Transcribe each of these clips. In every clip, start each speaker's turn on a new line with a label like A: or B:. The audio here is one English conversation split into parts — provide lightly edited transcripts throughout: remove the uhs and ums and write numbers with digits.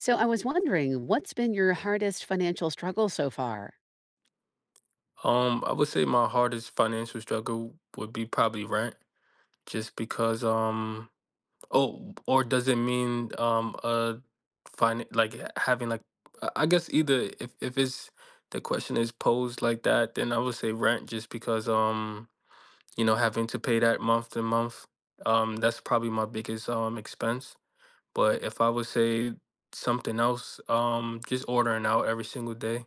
A: So I was wondering, what's been your hardest financial struggle so far?
B: I would say my hardest financial struggle would be probably rent, just because oh, or does it mean fin like having like, I guess, either if it's, the question is posed like that, then I would say rent just because, having to pay that month to month. That's probably my biggest expense. But if I would say something else, just ordering out every single day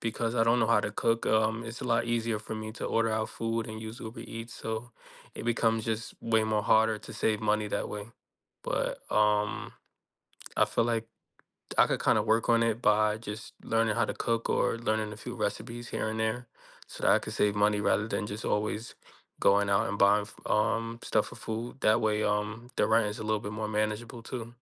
B: because I don't know how to cook. It's a lot easier for me to order out food and use Uber Eats, so it becomes just way more harder to save money that way. But I feel like I could kind of work on it by just learning how to cook or learning a few recipes here and there, so that I could save money rather than just always going out and buying stuff for food. That way, the rent is a little bit more manageable too.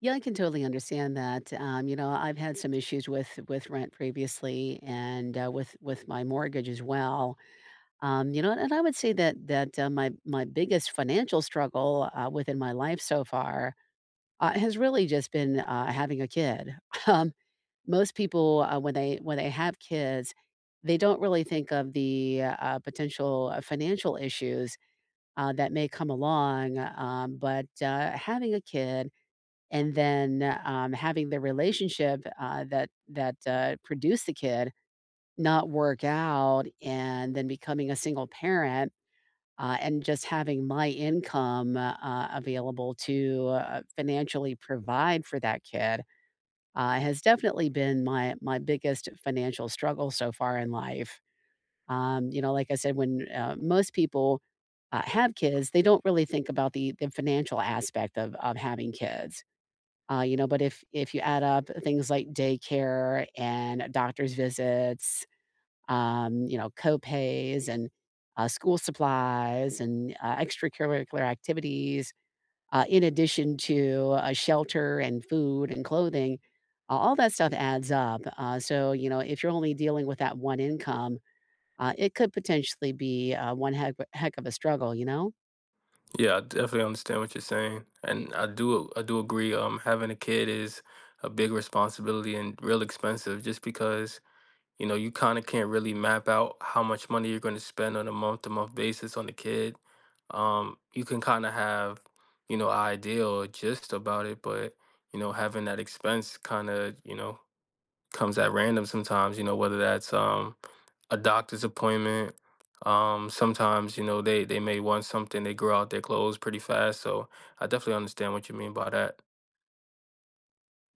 A: Yeah, I can totally understand that. I've had some issues with rent previously, and with my mortgage as well. And I would say that my biggest financial struggle within my life so far has really just been having a kid. Um, Most people when they have kids, they don't really think of the potential financial issues that may come along. But having a kid and then having the relationship that produced the kid not work out, and then becoming a single parent. And just having my income available to financially provide for that kid has definitely been my biggest financial struggle so far in life. Like I said, when most people have kids, they don't really think about the financial aspect of having kids. But if you add up things like daycare and doctor's visits, co-pays and school supplies and extracurricular activities, in addition to shelter and food and clothing, all that stuff adds up. So, if you're only dealing with that one income, it could potentially be, one heck of a struggle, you know?
B: Yeah, I definitely understand what you're saying, and I do agree. Having a kid is a big responsibility and real expensive, just because you know you kind of can't really map out how much money you're going to spend on a month to month basis on the kid. You can kind of have idea or gist about it, but having that expense kind of, comes at random sometimes. You know whether that's a doctor's appointment. Sometimes they may want something. They grow out their clothes pretty fast, so I definitely understand what you mean by that.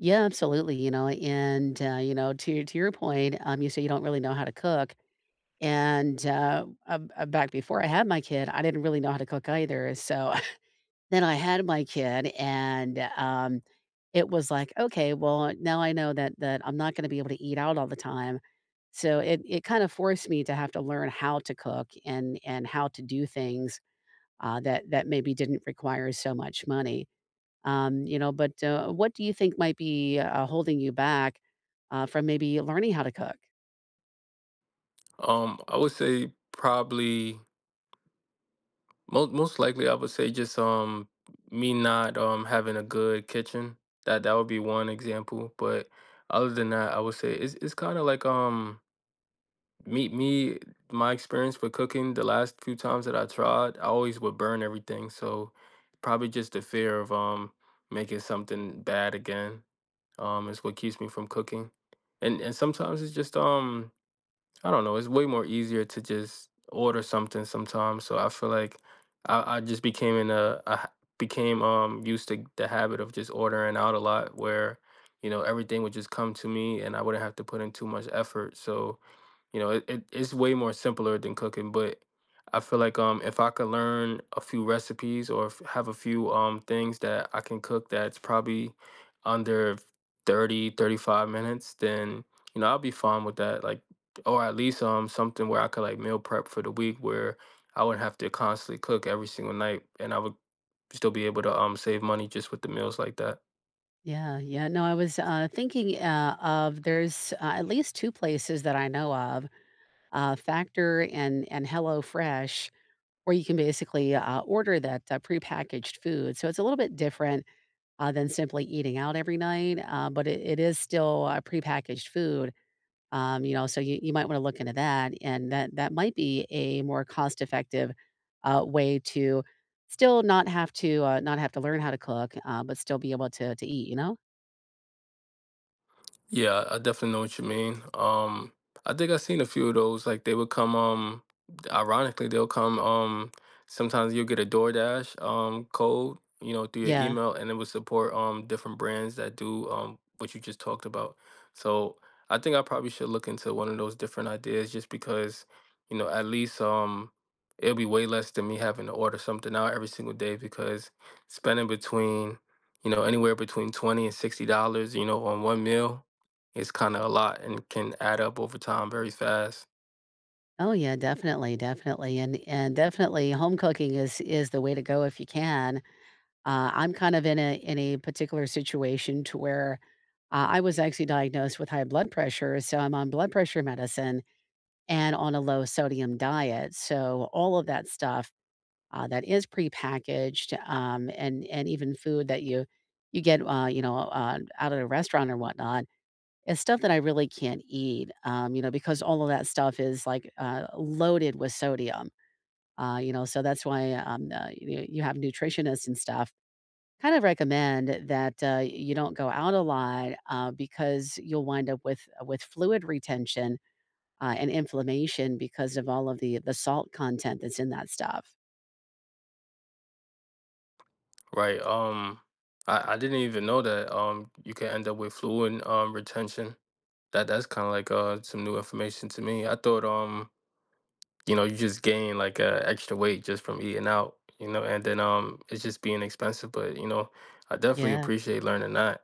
A: Yeah, absolutely, and, to your point, you say you don't really know how to cook, and, back before I had my kid, I didn't really know how to cook either, so then I had my kid, and, it was like, "Okay, well, now I know that I'm not gonna be able to eat out all the time." So it kind of forced me to have to learn how to cook and how to do things, that maybe didn't require so much money. But, what do you think might be, holding you back, from maybe learning how to cook?
B: I would say probably most likely. I would say just me not having a good kitchen. That would be one example, but other than that, I would say it's kind of like, Me, me, my experience with cooking the last few times that I tried, I always would burn everything. So probably just the fear of making something bad again is what keeps me from cooking. And sometimes it's just, I don't know, it's way more easier to just order something sometimes. So I feel like I just became in a became used to the habit of just ordering out a lot, where everything would just come to me and I wouldn't have to put in too much effort. So, it's way more simpler than cooking. But I feel like, if I could learn a few recipes, or if, have a few things that I can cook that's probably under 30, 35 minutes, then, I'll be fine with that. Like, or at least something where I could, like, meal prep for the week, where I wouldn't have to constantly cook every single night, and I would still be able to save money just with the meals like that.
A: Yeah, yeah. No, I was, thinking, of there's, at least two places that I know of, Factor and Hello Fresh, where you can basically, order that, prepackaged food. So it's a little bit different, than simply eating out every night, but it is still, prepackaged food. So you might want to look into that, and that might be a more cost effective way to still not have to learn how to cook, but still be able to eat. You know?
B: Yeah, I definitely know what you mean. I think I've seen a few of those. Like, they would come, ironically, they'll come, sometimes you'll get a DoorDash, code, through your
A: Yeah.
B: email, and it would support, different brands that do, what you just talked about. So I think I probably should look into one of those different ideas, just because, at least, it'll be way less than me having to order something out every single day, because spending between, anywhere between 20 and $60, on one meal, it's kind of a lot and can add up over time very fast,
A: Oh yeah, definitely, definitely, and definitely, home cooking is the way to go if you can. I'm kind of in a particular situation to where I was actually diagnosed with high blood pressure, so I'm on blood pressure medicine and on a low sodium diet. So all of that stuff that is prepackaged, and even food that you get, out at a restaurant or whatnot, is stuff that I really can't eat, because all of that stuff is like loaded with sodium. So that's why you have nutritionists and stuff kind of recommend that you don't go out a lot because you'll wind up with fluid retention and inflammation because of all of the salt content that's in that stuff.
B: right? I didn't even know that you can end up with fluid and retention. That's kind of like some new information to me. I thought you just gain, like, extra weight just from eating out, and then it's just being expensive. I definitely
A: Yeah.
B: appreciate learning that.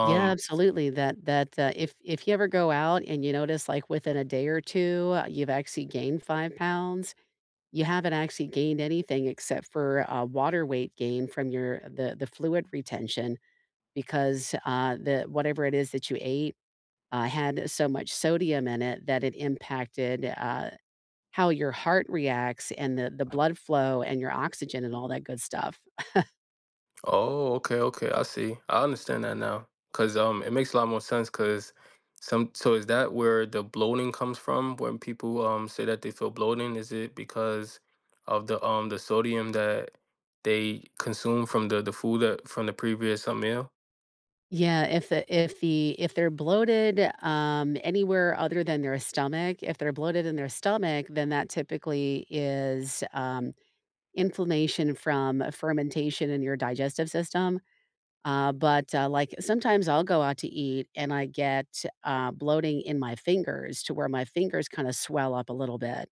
A: Yeah, absolutely. That that if you ever go out and you notice like within a day or two, you've actually gained 5 pounds, you haven't actually gained anything except for water weight gain from your the fluid retention because the whatever it is that you ate had so much sodium in it that it impacted how your heart reacts and the blood flow and your oxygen and all that good stuff.
B: Oh, okay, okay. I see. I understand that now. Cause it makes a lot more sense, cause some so is that where the bloating comes from, when people say that they feel bloating? Is it because of the sodium that they consume from the food, that from the previous meal?
A: Yeah, if they're bloated anywhere other than their stomach, if they're bloated in their stomach, then that typically is inflammation from fermentation in your digestive system. But like sometimes I'll go out to eat and I get bloating in my fingers to where my fingers kind of swell up a little bit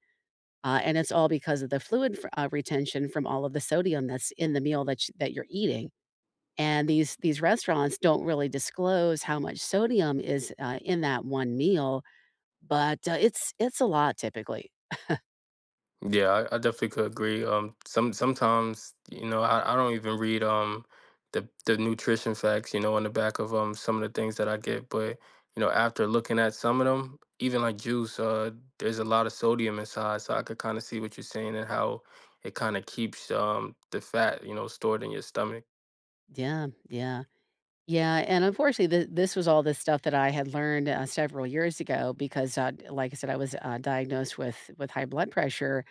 A: Uh, and it's all because of the fluid f retention from all of the sodium that's in the meal that you're eating. And these restaurants don't really disclose how much sodium is, in that one meal, but, it's a lot typically.
B: Yeah, I definitely could agree. Sometimes, I don't even read the nutrition facts, on the back of some of the things that I get. But, after looking at some of them, even like juice, there's a lot of sodium inside, so I could kind of see what you're saying, and how it kind of keeps the fat, stored in your stomach.
A: Yeah, yeah. Yeah, and unfortunately, th this was all the stuff that I had learned, several years ago because, like I said, I was, diagnosed with high blood pressure,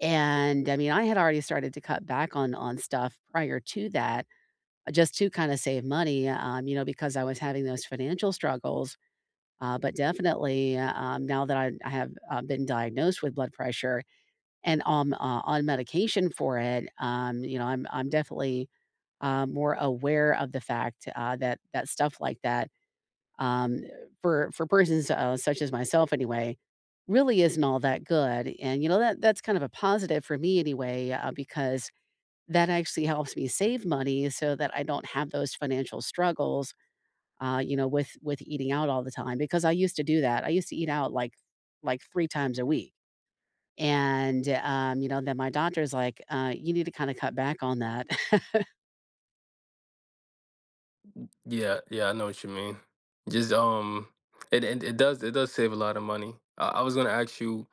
A: and, I mean, I had already started to cut back on stuff prior to that. Just to kinda save money, because I was having those financial struggles, but definitely, now that I have, been diagnosed with blood pressure and, on medication for it, I'm definitely, more aware of the fact, that that stuff like that, um, for persons, such as myself anyway, really isn't all that good, and, that that's kind of a positive for me anyway, because that actually helps me save money so that I don't have those financial struggles, with eating out all the time, because I used to do that. I used to eat out like 3 times a week, and, then my doctor's like, "You need to kinda cut back on that."
B: Yeah, yeah, I know what you mean. Just, it does save a lot of money. I was gonna ask you,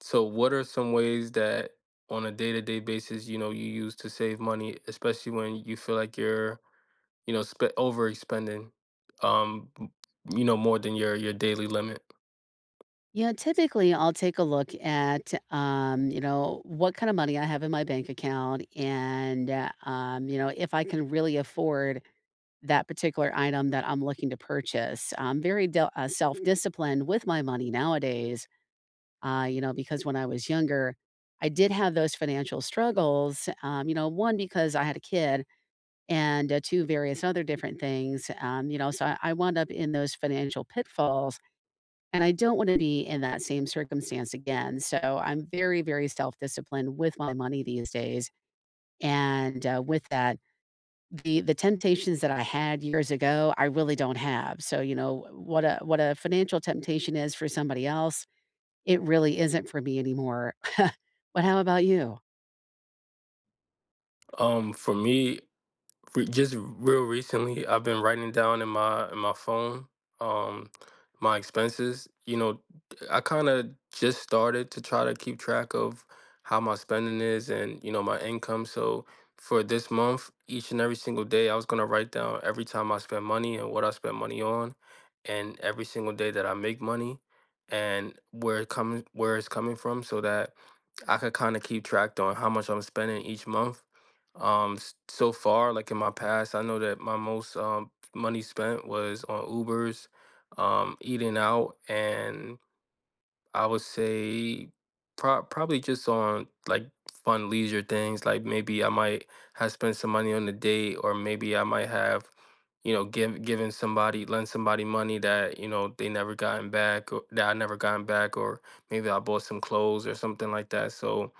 B: so what are some ways that on a day to day basis, you use to save money, especially when you feel like you're, overexpending, um, m- more than your daily limit.
A: Yeah, typically, I'll take a look at, what kind of money I have in my bank account and, if I can really afford that particular item that I'm looking to purchase. I'm very del self-disciplined with my money nowadays, because when I was younger, I did have those financial struggles, one, because I had a kid and, two, various other different things, so I wound up in those financial pitfalls, and I don't wanna be in that same circumstance again, so I'm very, very self-disciplined with my money these days, and, with that the temptations that I had years ago, I really don't have. So, what a financial temptation is for somebody else, it really isn't for me anymore. But how about you?
B: For me, just real recently, I've been writing down in my phone um my expenses. I kind of just started to try to keep track of how my spending is, and my income. So for this month, each and every single day, I was going to write down every time I spend money and what I spend money on, and every single day that I make money, and where it comes, where it's coming from, so that I could kind of keep track on how much I'm spending each month. So far, like in my past, I know that my most money spent was on Ubers, eating out, and I would say probably just on, like, fun leisure things. Like, maybe I might have spent some money on a date, or maybe I might have, given somebody, lend somebody money that they never gotten back, or that I never gotten back, or maybe I bought some clothes or something like that. So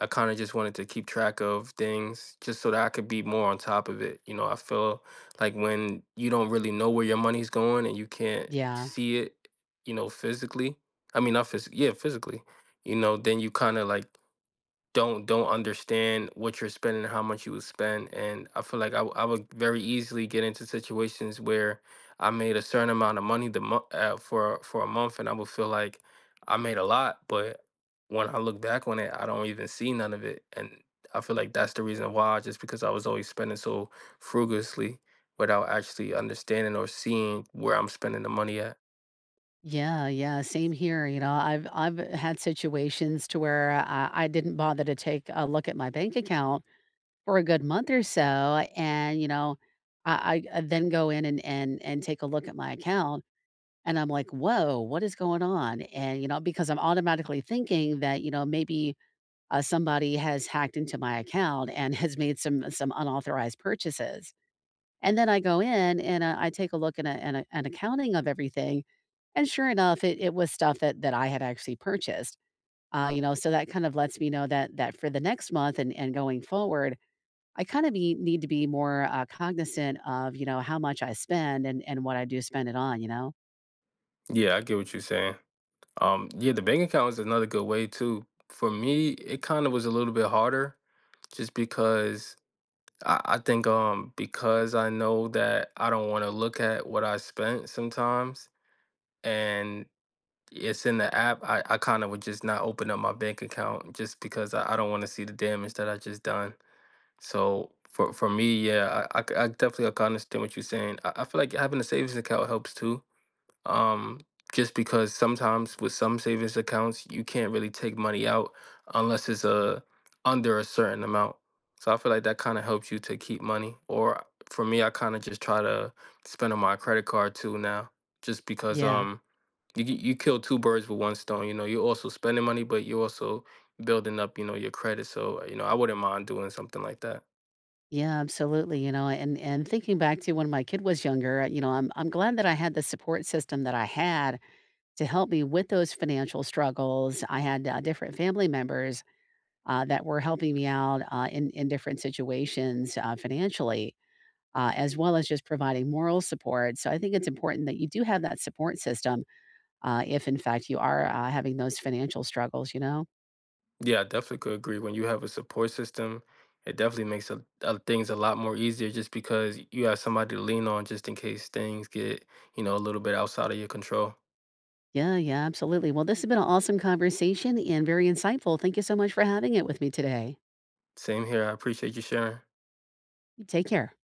B: I kind of just wanted to keep track of things, just so that I could be more on top of it. You know, I feel like when you don't really know where your money's going and you can't
A: Yeah.
B: see it, physically, I mean, not physically, yeah, physically, then you kind of, like, don't understand what you're spending and how much you would spend. And I feel like I would very easily get into situations where I made a certain amount of money for a month, and I would feel like I made a lot, but when I look back on it, I don't even see none of it. And I feel like that's the reason why, just because I was always spending so frugally without actually understanding or seeing where I'm spending the money at.
A: Yeah, yeah, same here, I've had situations to where I didn't bother to take a look at my bank account for a good month or so, and, I then go in and take a look at my account. And I'm like, "Whoa, what is going on?" Because I'm automatically thinking that, maybe, somebody has hacked into my account and has made some unauthorized purchases. And then I go in and, I take a look at a an accounting of everything, and sure enough, it was stuff that I had actually purchased. So that kind of lets me know that for the next month and going forward, I kinda be need to be more, cognizant of, how much I spend and what I do spend it on, you know?
B: Yeah, I get what you're saying. Yeah, the bank account is another good way too. For me, it kind of was a little bit harder, just because I think, because I know that I don't want to look at what I spent sometimes, and it's in the app, I kind of would just not open up my bank account, just because I don't want to see the damage that I just done. So, for me, yeah, I definitely I can understand what you're saying. I feel like having a savings account helps too, um, just because sometimes with some savings accounts, you can't really take money out unless it's a under a certain amount. So I feel like that kind of helps you to keep money. Or, for me, I kind of just try to spend on my credit card too now, just because,
A: Yeah.
B: you kill two birds with one stone. You know, you're also spending money, but you're also building up, your credit. So, I wouldn't mind doing something like that.
A: Yeah, absolutely, and thinking back to when my kid was younger, I'm glad that I had the support system that I had to help me with those financial struggles. I had different family members that were helping me out in different situations financially, as well as just providing moral support. So I think it's important that you do have that support system if, in fact, you are having those financial struggles. You know.
B: Yeah, I definitely could agree. When you have a support system, it definitely makes things a lot more easier, just because you have somebody to lean on just in case things get, a little bit outside of your control.
A: Yeah, yeah, absolutely. Well, this has been an awesome conversation and very insightful. Thank you so much for having it with me today.
B: Same here. I appreciate you sharing.
A: Take care.